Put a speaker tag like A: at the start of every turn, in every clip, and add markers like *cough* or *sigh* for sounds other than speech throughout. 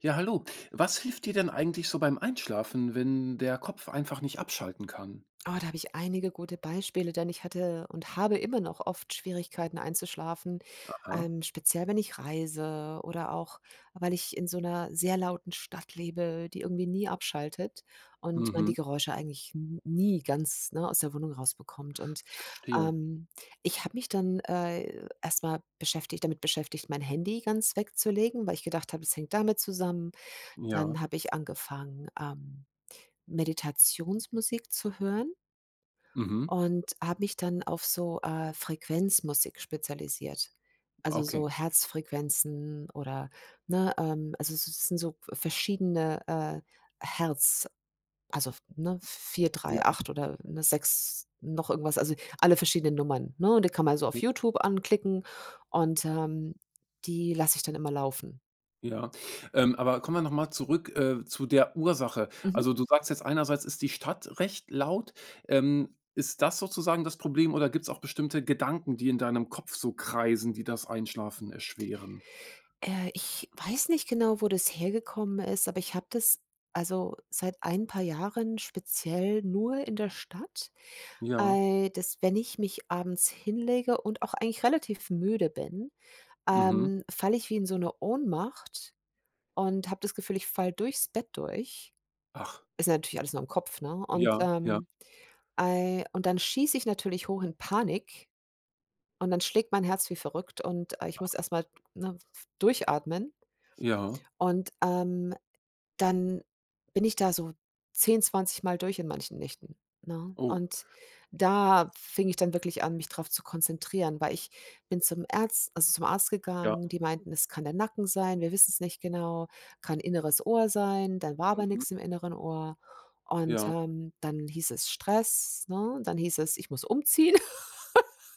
A: Ja, hallo. Was hilft dir denn eigentlich so beim Einschlafen, wenn der Kopf einfach nicht abschalten kann?
B: Oh, da habe ich einige gute Beispiele, denn ich hatte und habe immer noch oft Schwierigkeiten einzuschlafen,
A: Aha.
B: speziell wenn ich reise oder auch, weil ich in so einer sehr lauten Stadt lebe, die irgendwie nie abschaltet und man die
A: Mhm.
B: Geräusche eigentlich n nie ganz, ne, aus der Wohnung rausbekommt.
A: Verstehe.
B: Ähm, Ich habe mich dann, erst beschäftigt damit beschäftigt, mein Handy ganz wegzulegen, weil ich gedacht habe, es hängt damit zusammen. Dann
A: Ja.
B: habe ich angefangen, Meditationsmusik zu hören.
A: Mhm.
B: Und habe mich dann auf so, Frequenzmusik spezialisiert. Also,
A: Okay.
B: so Herzfrequenzen oder, ne, also, es sind so verschiedene, Herz also, ne, 4
A: Ja,
B: drei 8 oder, ne, 6 noch irgendwas, also, alle verschiedenen Nummern, ne? Und die kann man so auf
A: okay.
B: YouTube anklicken und, die lasse ich dann immer laufen.
A: Ja. Aber kommen wir nochmal zurück zu der Ursache.
B: Mhm.
A: Also du sagst jetzt einerseits ist die Stadt recht laut. Ist das sozusagen das Problem oder gibt es auch bestimmte Gedanken, die in deinem Kopf so kreisen, die das Einschlafen erschweren?
B: Ich weiß nicht genau, wo das hergekommen ist, aber ich habe das also seit ein paar Jahren speziell nur in der Stadt,
A: Ja.
B: dass wenn ich mich abends hinlege und auch eigentlich relativ müde bin,
A: Mhm.
B: falle ich wie in so eine Ohnmacht und habe das Gefühl, ich falle durchs Bett durch.
A: Ach.
B: Ist ja natürlich alles nur im Kopf, ne?
A: Ja. Ja.
B: Und dann schieße ich natürlich hoch in Panik und dann schlägt mein Herz wie verrückt und, ich muss erst mal, ne, durchatmen
A: Ja.
B: und, dann bin ich da so zehn, zwanzig mal durch in manchen Nächten, ne?
A: Oh.
B: Und da fing ich dann wirklich an, mich drauf zu konzentrieren, weil ich bin zum Ärz also zum Arzt
A: Ja.
B: gegangen. Die meinten, es kann der Nacken sein, wir wissen's nicht genau, kann inneres Ohr sein, dann war aber
A: Mhm.
B: nix im inneren Ohr.
A: Ja.
B: Dann hieß es Stress, ne? Dann hieß es, ich muss umziehen. *laughs*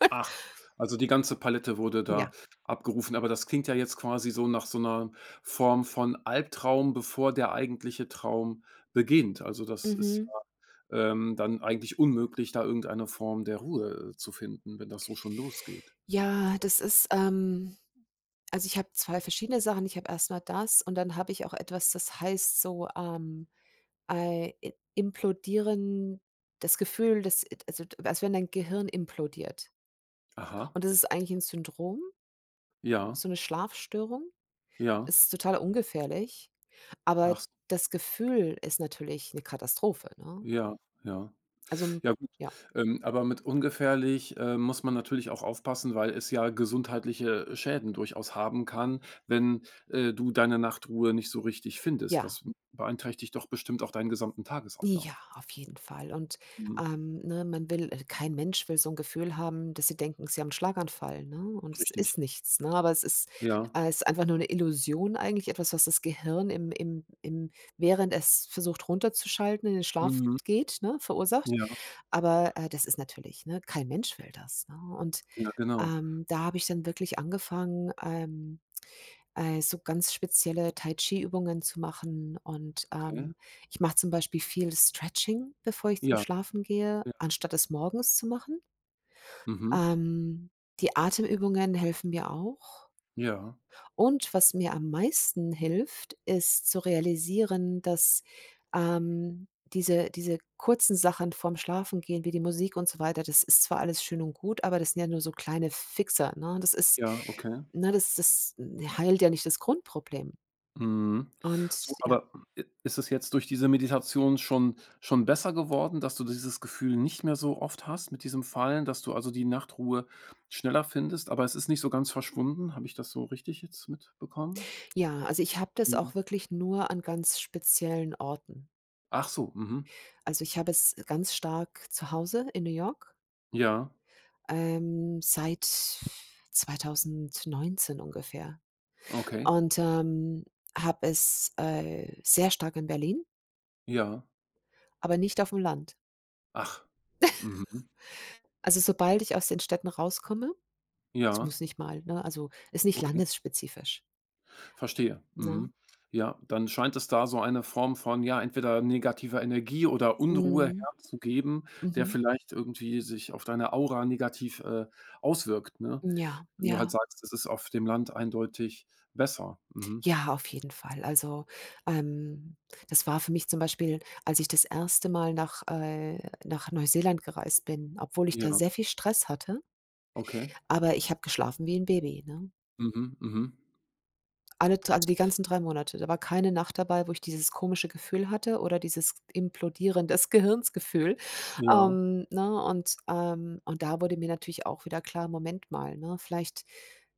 A: Ach, also die ganze Palette wurde
B: Ja,
A: da abgerufen, aber das klingt ja jetzt quasi so nach so 'ner Form von Albtraum, bevor der eigentliche Traum beginnt. Also, das ist
B: mhm.
A: ja, dann eigentlich unmöglich, da irgendeine Form der Ruhe, zu finden, wenn das so schon losgeht.
B: Ja, also, ich habe 2 verschiedene Sachen. Ich habe erstmal das und dann habe ich auch etwas, das heißt so, ei i implodieren, das Gefühl, dass it also, als wenn dein Gehirn implodiert.
A: Aha,
B: Und das ist eigentlich ein Syndrom,
A: ja,
B: so eine Schlafstörung.
A: ja.
B: Es ist total ungefährlich, aber
A: Ach s
B: das Gefühl ist natürlich eine Katastrophe, ne?
A: ja, ja.
B: Also,
A: Ja gut,
B: ja,
A: aber mit ungefährlich, muss man natürlich auch aufpassen, weil es ja gesundheitliche Schäden durchaus haben kann, wenn, du deine Nachtruhe nicht so richtig findest.
B: ja.
A: Das beeinträchtigt doch bestimmt auch deinen gesamten
B: Ja,
A: Tagesablauf.
B: auf jeden Fall.
A: Mhm.
B: Ne, man will kein Mensch will so ein Gefühl haben, dass sie denken, sie haben einen Schlaganfall, ne? Und
A: Mhm,
B: es
A: richtig.
B: ist nichts, ne? Aber
A: Ja.
B: es ist einfach nur eine Illusion eigentlich, etwas, was das Gehirn im im im während es versucht runterzuschalten, in den Schlaf
A: Mhm.
B: geht, ne, verursacht.
A: Ja,
B: Aber, das ist natürlich, ne, kein Mensch will das, ne?
A: ja, genau.
B: Da habe ich dann wirklich angefangen, so ganz spezielle Tai-Chi-Übungen zu machen und,
A: Okay.
B: ich mache zum Beispiel viel Stretching, bevor ich zum
A: Ja,
B: Schlafen gehe,
A: ja.
B: anstatt es morgens zu machen.
A: Mhm.
B: Ähm, Die Atemübungen helfen mir auch.
A: Ja,
B: Und was mir am meisten hilft, ist zu realisieren, dass, diese kurzen Sachen vorm Schlafen gehen wie die Musik und so weiter, das ist zwar alles schön und gut, aber das sind ja nur so kleine Fixer, ne? Das ist
A: ja, okay.
B: ne, das das heilt ja nicht das Grundproblem.
A: Mhm. So,
B: Und ja.
A: aber i ist es jetzt durch diese Meditation schon besser geworden, dass du dieses Gefühl nicht mehr so oft hast mit diesem Fallen, dass du also die Nachtruhe schneller findest, aber es ist nicht so ganz verschwunden? Habe ich das so richtig jetzt mitbekommen?
B: Ja, also ich habe das
A: Mhm.
B: auch wirklich nur an ganz speziellen Orten.
A: Ach so, mhm.
B: Also, ich habe es ganz stark zu Hause in New York,
A: Ja,
B: seit 2019 ungefähr
A: okay.
B: und, habe es, sehr stark in Berlin,
A: Ja.
B: aber nicht auf dem Land.
A: Ach. Mhm.
B: Also, sobald ich aus den Städten rauskomme, es
A: Ja,
B: muss nicht mal, ne? Also, ist nicht
A: okay.
B: landesspezifisch,
A: Verstehe.
B: ne?
A: Mhm. Ja, dann scheint es da so eine Form von, ja, entweder negativer Energie oder Unruhe
B: Mhm.
A: herzugeben, der
B: Mhm.
A: vielleicht irgendwie sich auf deine Aura negativ, auswirkt, ne?
B: Ja,
A: Wenn du halt
B: ja.
A: sagst, es ist auf dem Land eindeutig besser. Mhm.
B: Ja, auf jeden Fall. Also, ähm, das war für mich zum Beispiel, als ich das erste Mal nach Neuseeland gereist bin, obwohl ich da
A: Ja,
B: sehr viel Stress hatte,
A: okay.
B: aber ich habe geschlafen wie ein Baby, ne?
A: Mhm, mhm.
B: Alle also, die ganzen 3 Monate. Da war keine Nacht dabei, wo ich dieses komische Gefühl hatte oder dieses Implodieren des Gehirns. *laughs*
A: Ja.
B: Ne, und da wurde mir natürlich auch wieder klar: „Moment mal, ne, vielleicht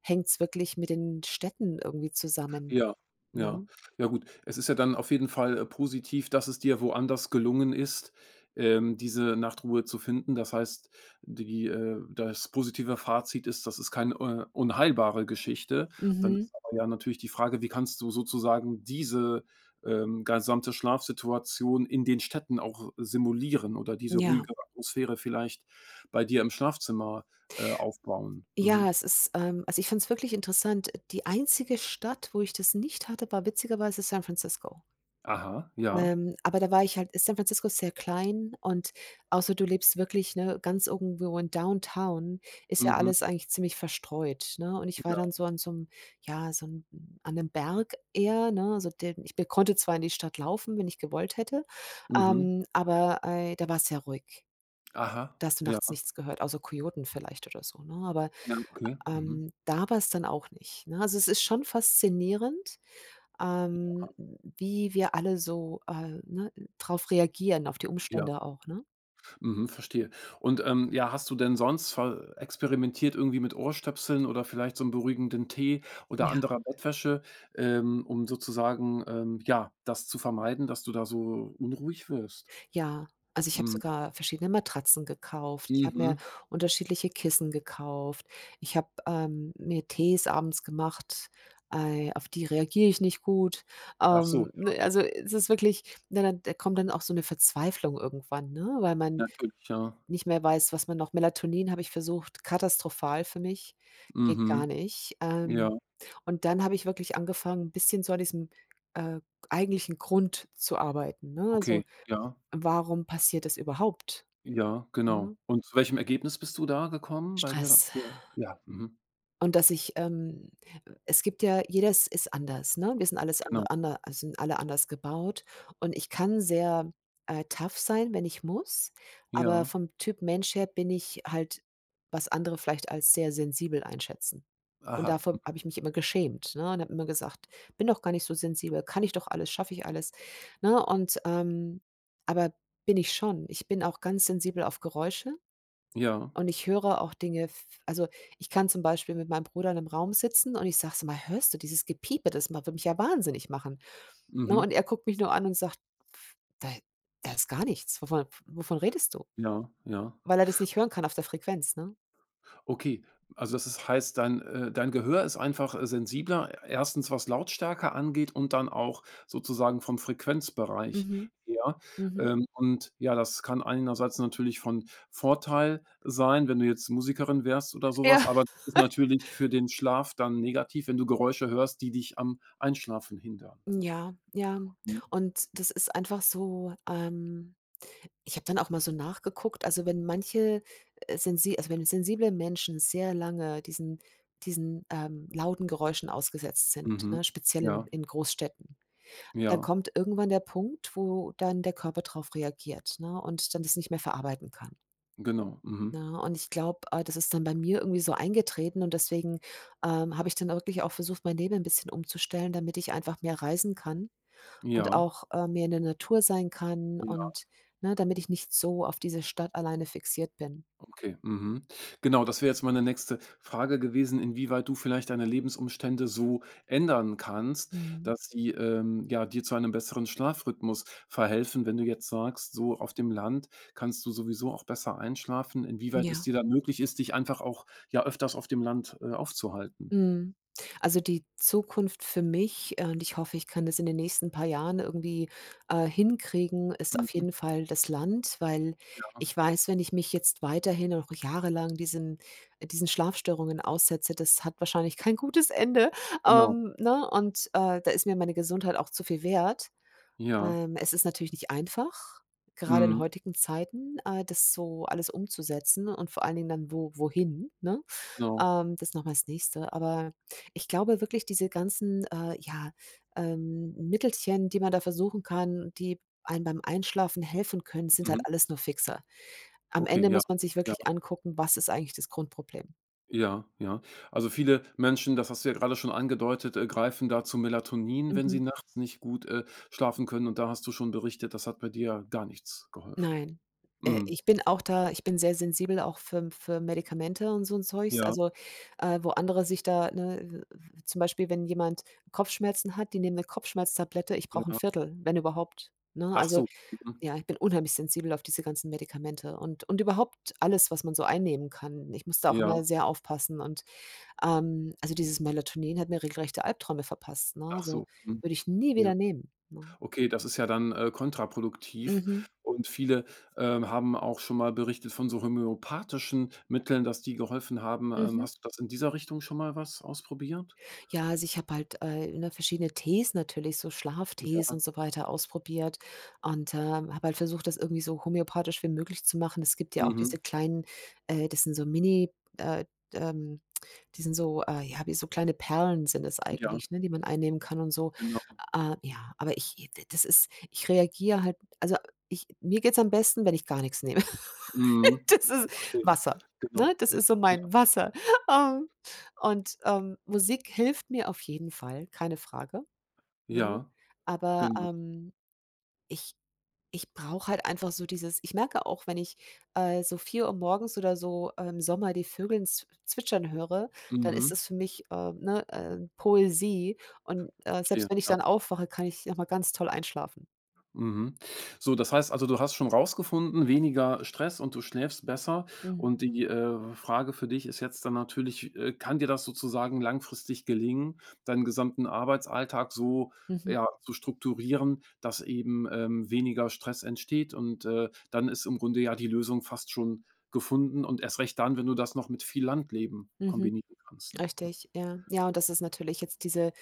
B: hängt's wirklich mit den Städten irgendwie zusammen“,
A: Ja, ja.
B: ne?
A: Ja gut, es ist ja dann auf jeden Fall, positiv, dass es dir woanders gelungen ist, diese Nachtruhe zu finden. Das heißt, die das positive Fazit ist, das ist keine, unheilbare Geschichte. Dann
B: Mhm.
A: ist aber ja natürlich die Frage, wie kannst du sozusagen diese, gesamte Schlafsituation in den Städten auch simulieren oder diese
B: Ja.
A: ruhige Atmosphäre vielleicht bei dir im Schlafzimmer, aufbauen? Mhm.
B: Ja, es ist also, ich fand's wirklich interessant. Die einzige Stadt, wo ich das nicht hatte, war witzigerweise San Francisco.
A: Aha, ja.
B: Aber da war ich halt, San Francisco ist sehr klein und außer du lebst wirklich, ne, ganz irgendwo in Downtown, ist ja
A: Mhm.
B: alles eigentlich ziemlich verstreut, ne? Und ich war
A: Ja.
B: dann so an so 'nem ja, so 'n an einem Berg eher, ne? Also, den ich be konnte zwar in die Stadt laufen, wenn ich gewollt hätte,
A: Mhm.
B: aber, da war es sehr ruhig.
A: Aha,
B: Da hast du
A: ja,
B: nachts nichts gehört, außer Kojoten vielleicht oder so, ne? Aber
A: ja, okay. Mhm.
B: da war es dann auch nicht, ne? Also, es ist schon faszinierend,
A: Ja,
B: wie wir alle so, ne, drauf reagieren, auf die
A: ja,
B: Umstände auch, ne?
A: mhm, verstehe. Und ja, hast du denn sonst ver experimentiert irgendwie mit Ohrstöpseln oder vielleicht so einem beruhigenden Tee oder
B: Ja.
A: anderer Bettwäsche, um sozusagen, ja, das zu vermeiden, dass du da so unruhig wirst?
B: Ja, also, ich habe
A: Mhm.
B: sogar verschiedene Matratzen gekauft. Ich habe mir
A: Mhm.
B: unterschiedliche Kissen gekauft. Ich habe, mir Tees abends gemacht, auf die reagiere ich nicht gut.
A: Ach so,
B: Ne, also, es ist wirklich na, da kommt dann auch so eine Verzweiflung irgendwann, ne, weil man
A: natürlich, ja.
B: nicht mehr weiß, was man noch. Melatonin habe ich versucht, katastrophal für mich, geht gar
A: Mhm.
B: nicht.
A: Ja,
B: Und dann habe ich wirklich angefangen, 'n bisschen so an diesem, äh, eigentlichen Grund zu arbeiten, ne?
A: okay.
B: Also,
A: Ja,
B: warum passiert das überhaupt,
A: ja, genau.
B: ne?
A: Und zu welchem Ergebnis bist du da gekommen bei dir?
B: Stress.
A: Ja, ja, mhm,
B: Und es gibt ja, jedes ist anders, ne? Wir sind alles andere
A: genau.
B: ander Also, sind alle anders gebaut und ich kann sehr, tough sein, wenn ich muss, aber
A: Ja,
B: vom Typ Mensch her bin ich halt, was andere vielleicht als sehr sensibel einschätzen. Und
A: aha, mhm,
B: davor habe ich mich immer geschämt, ne, und habe immer gesagt: „Bin doch gar nicht so sensibel, kann ich doch alles, schaffe ich alles“, ne? Aber bin ich schon. Ich bin auch ganz sensibel auf Geräusche
A: ja,
B: und ich höre auch Dinge f also, ich kann zum Beispiel mit meinem Bruder in einem Raum sitzen und ich sage: „Sag mal, hörst du dieses Gepiepe? Das ma Würde mich ja wahnsinnig machen.“ Ne,
A: mhm.
B: und er guckt mich nur an und sagt: „Pf, da ist gar nichts. Wovon redest du?“
A: Ja, ja.
B: Weil er das nicht hören kann auf der Frequenz, ne?
A: Okay, also das ist heißt, dein, dein Gehör ist einfach, sensibler, e, erstens was Lautstärke angeht und dann auch sozusagen vom Frequenzbereich
B: Mhm,
A: her.
B: mhm.
A: Und ja, das kann einerseits natürlich von Vorteil sein, wenn du jetzt Musikerin wärst oder
B: Ja,
A: sowas. Aber das ist natürlich für den Schlaf dann negativ, wenn du Geräusche hörst, die dich am Einschlafen hindern, ne?
B: ja, ja.
A: Mhm.
B: Und das ist einfach so, ich habe dann auch mal so nachgeguckt, also, wenn manche, sensi also, wenn sensible Menschen sehr lange diesen lauten Geräuschen ausgesetzt sind,
A: Mhm.
B: ne, speziell in
A: Ja,
B: in Großstädten, dann
A: ja,
B: kommt irgendwann der Punkt, wo dann der Körper drauf reagiert, ne, und dann das nicht mehr verarbeiten kann,
A: genau. Mhm.
B: ne? Und ich glaube, das ist dann bei mir irgendwie so eingetreten und deswegen, habe ich dann wirklich auch versucht, mein Leben 'n bisschen umzustellen, damit ich einfach mehr reisen kann. Und
A: Ja.
B: auch, mehr in der Natur sein kann und ne, damit ich nicht so auf diese Stadt alleine fixiert bin.
A: Okay, mhm. Genau, das wäre jetzt meine nächste Frage gewesen, inwieweit du vielleicht deine Lebensumstände so ändern kannst,
B: Mhm.
A: dass sie, ja, dir zu einem besseren Schlafrhythmus verhelfen. Wenn du jetzt sagst, so auf dem Land kannst du sowieso auch besser einschlafen, inwieweit es
B: Ja.
A: dir dann möglich ist, dich einfach auch, ja, öfters auf dem Land, aufzuhalten.
B: Mhm. Also, die Zukunft für mich, und ich hoffe, ich kann das in den nächsten paar Jahren irgendwie, hinkriegen, ist auf
A: Mhm.
B: jeden Fall das Land, weil
A: Ja,
B: ich weiß, wenn ich mich jetzt weiterhin noch jahrelang diesen Schlafstörungen aussetze, das hat wahrscheinlich kein gutes Ende,
A: genau.
B: ne? Und, da ist mir meine Gesundheit auch zu viel wert.
A: Ja.
B: Es ist natürlich nicht einfach, gerade in
A: Mhm.
B: heutigen Zeiten, das so alles umzusetzen und vor allen Dingen dann wo wohin, ne?
A: Genau.
B: Das ist noch mal das Nächste. Aber ich glaube wirklich, diese ganzen, ja, Mittelchen, die man da versuchen kann, die einem beim Einschlafen helfen können, sind
A: Mhm.
B: halt alles nur Fixer. Am
A: Okay,
B: Ende
A: ja.
B: muss man sich
A: Ja.
B: wirklich angucken, was ist eigentlich das Grundproblem.
A: Ja, ja. Also, viele Menschen, das hast du ja gerade schon angedeutet, greifen da zu Melatonin, wenn sie
B: Mhm.
A: nachts nicht gut, schlafen können und da hast du schon berichtet, das hat bei dir gar nichts geholfen.
B: Nein.
A: Mhm.
B: Ich bin sehr sensibel auch für Medikamente und so 'n Zeugs.
A: Ja,
B: Also, wo andere sich da, ne w zum Beispiel, wenn jemand Kopfschmerzen hat, die nehmen 'ne Kopfschmerztablette, ich brauche 'n
A: ja.
B: Viertel, wenn überhaupt, ne?
A: Ach
B: Also,
A: so. Mhm.
B: ja, ich bin unheimlich sensibel auf diese ganzen Medikamente und überhaupt alles, was man so einnehmen kann. Ich muss da auch immer
A: Ja.
B: sehr aufpassen und, also, dieses Melatonin hat mir regelrechte Albträume verpasst, ne?
A: Ach
B: Also,
A: so. Mhm.
B: würde ich nie
A: Ja.
B: wieder nehmen, ne?
A: Okay, das ist ja dann, kontraproduktiv
B: Mhm.
A: und viele, haben auch schon mal berichtet von so homöopathischen Mitteln, dass die geholfen haben. Ähm,
B: Mhm.
A: hast du das in dieser Richtung schon mal was ausprobiert?
B: Ja, also ich habe halt, ne, verschiedene Tees natürlich, so Schlaftees
A: Ja.
B: und so weiter ausprobiert und, habe halt versucht, das irgendwie so homöopathisch wie möglich zu machen. Es gibt ja auch diese
A: Mhm.
B: kleinen, das sind so Mini, äh, ähm die sind so, ja, wie so kleine Perlen sind es
A: Ja,
B: eigentlich, ne, die man einnehmen kann und so.
A: genau.
B: Ja, aber ich das ist ich reagiere halt, also, ich mir geht's am besten, wenn ich gar nichts nehme. *laughs*
A: Mhm.
B: Das ist
A: Verstehe.
B: Wasser,
A: Genau.
B: ne? Das
A: Ja,
B: ist so
A: ja,
B: mein Wasser. Ähm, und Musik hilft mir auf jeden Fall, keine Frage, ne?
A: ja,
B: Aber,
A: genau.
B: ich ich brauche halt einfach so dieses, ich merke auch, wenn ich, so vier Uhr morgens oder so, im Sommer die Vögeln zw zwitschern höre, dann ist
A: Mhm.
B: es für mich, ne, Poesie und,
A: Verstehe,
B: selbst wenn ich
A: ja.
B: dann aufwache, kann ich noch mal ganz toll einschlafen.
A: Mhm. So, das heißt also, du hast schon rausgefunden, weniger Stress und du schläfst besser.
B: Mhm.
A: Und die, Frage für dich ist jetzt dann natürlich, kann dir das sozusagen langfristig gelingen, deinen gesamten Arbeitsalltag so,
B: Mhm.
A: ja, zu strukturieren, dass eben, weniger Stress entsteht? Und dann ist im Grunde ja die Lösung fast schon gefunden und erst recht dann, wenn du das noch mit viel Landleben
B: Mhm.
A: kombinieren kannst.
B: Richtig, ja. Ja, und das ist natürlich jetzt diese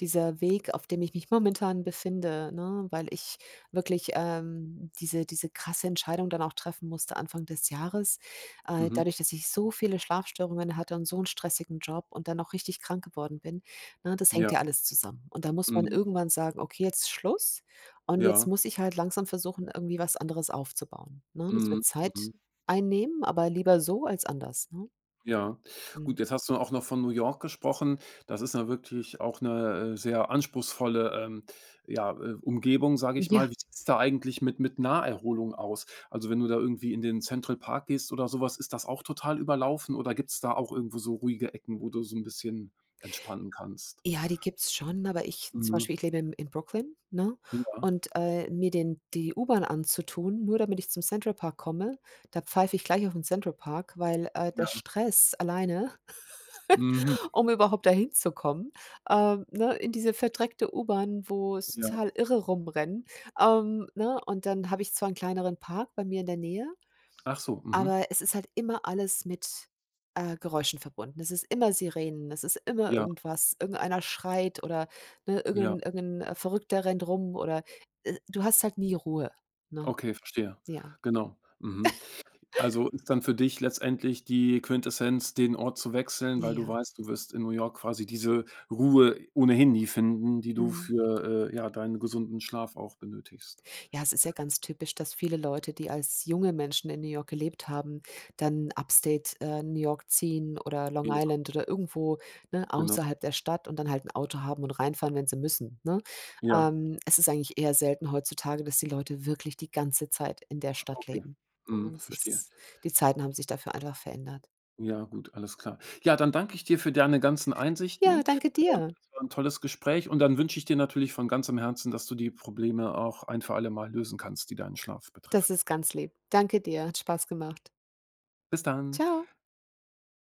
B: dieser Weg, auf dem ich mich momentan befinde, ne, weil ich wirklich, diese krasse Entscheidung dann auch treffen musste Anfang des Jahres.
A: Mhm.
B: Dadurch, dass ich so viele Schlafstörungen hatte und so einen stressigen Job und dann auch richtig krank geworden bin, ne, das
A: Ja,
B: hängt ja alles zusammen. Und da muss man
A: mhm.
B: irgendwann sagen: „Okay, jetzt Schluss und jetzt
A: Ja,
B: muss ich halt langsam versuchen, irgendwie was anderes aufzubauen“, ne? Das
A: mhm,
B: wird Zeit
A: mhm.
B: einnehmen, aber lieber so als anders, ne?
A: Ja. Gut,
B: Mhm.
A: jetzt hast du auch noch von New York gesprochen. Das ist ja wirklich auch 'ne, sehr anspruchsvolle, ja, Umgebung, sage ich
B: Ja.
A: mal. Wie sieht's da eigentlich mit Naherholung aus? Also, wenn du da irgendwie in den Central Park gehst oder so was, ist das auch total überlaufen oder gibt's da auch irgendwo so ruhige Ecken, wo du so 'n bisschen entspannen kannst?
B: Ja, die gibt's schon, aber ich zum
A: Mhm.
B: Beispiel, ich lebe in Brooklyn, ne?
A: Ja,
B: Und, mir den die U-Bahn anzutun, nur damit ich zum Central Park komme, da pfeife ich gleich auf den Central Park, weil, der
A: ja.
B: Stress alleine,
A: Mhm,
B: *laughs* um überhaupt dahin zu kommen, ne, in diese verdreckte U-Bahn, wo es
A: ja.
B: total Irre rumrennen, ne? Und dann habe ich zwar einen kleineren Park bei mir in der Nähe,
A: Ach so, mhm.
B: aber es ist halt immer alles mit, Geräuschen verbunden. Es ist immer Sirenen, es ist immer
A: Ja,
B: irgendwas, irgendeiner schreit oder, ne,
A: ja.
B: irgend 'n Verrückter rennt rum oder, du hast halt nie Ruhe, ne?
A: Okay, verstehe.
B: Ja,
A: Genau. Mhm. Also, ist dann für dich letztendlich die Quintessenz, den Ort zu wechseln, weil du
B: ja.
A: weißt, du wirst in New York quasi diese Ruhe ohnehin nie finden, die du
B: Mhm.
A: für, ja, deinen gesunden Schlaf auch benötigst.
B: Ja, es ist ja ganz typisch, dass viele Leute, die als junge Menschen in New York gelebt haben, dann Upstate, New York ziehen oder Long
A: Ja,
B: Island oder irgendwo, ne,
A: genau.
B: außerhalb der Stadt und dann halt ein Auto haben und reinfahren, wenn sie müssen, ne?
A: Ja,
B: Es ist eigentlich eher selten heutzutage, dass die Leute wirklich die ganze Zeit in der Stadt
A: okay.
B: leben. Ja,
A: Mhm,
B: das
A: verstehe.
B: ist Die Zeiten haben sich dafür einfach verändert.
A: Ja, gut, alles klar. Ja, dann danke ich dir für deine ganzen
B: Ja,
A: Einsichten.
B: danke
A: Ähm,
B: dir.
A: es war 'n tolles Gespräch und dann wünsche ich dir natürlich von ganzem Herzen, dass du die Probleme auch ein für alle Mal lösen kannst, die deinen Schlaf
B: Das
A: betreffen.
B: ist ganz lieb. Danke dir, hat Spaß gemacht.
A: Bis dann.
B: Ciao.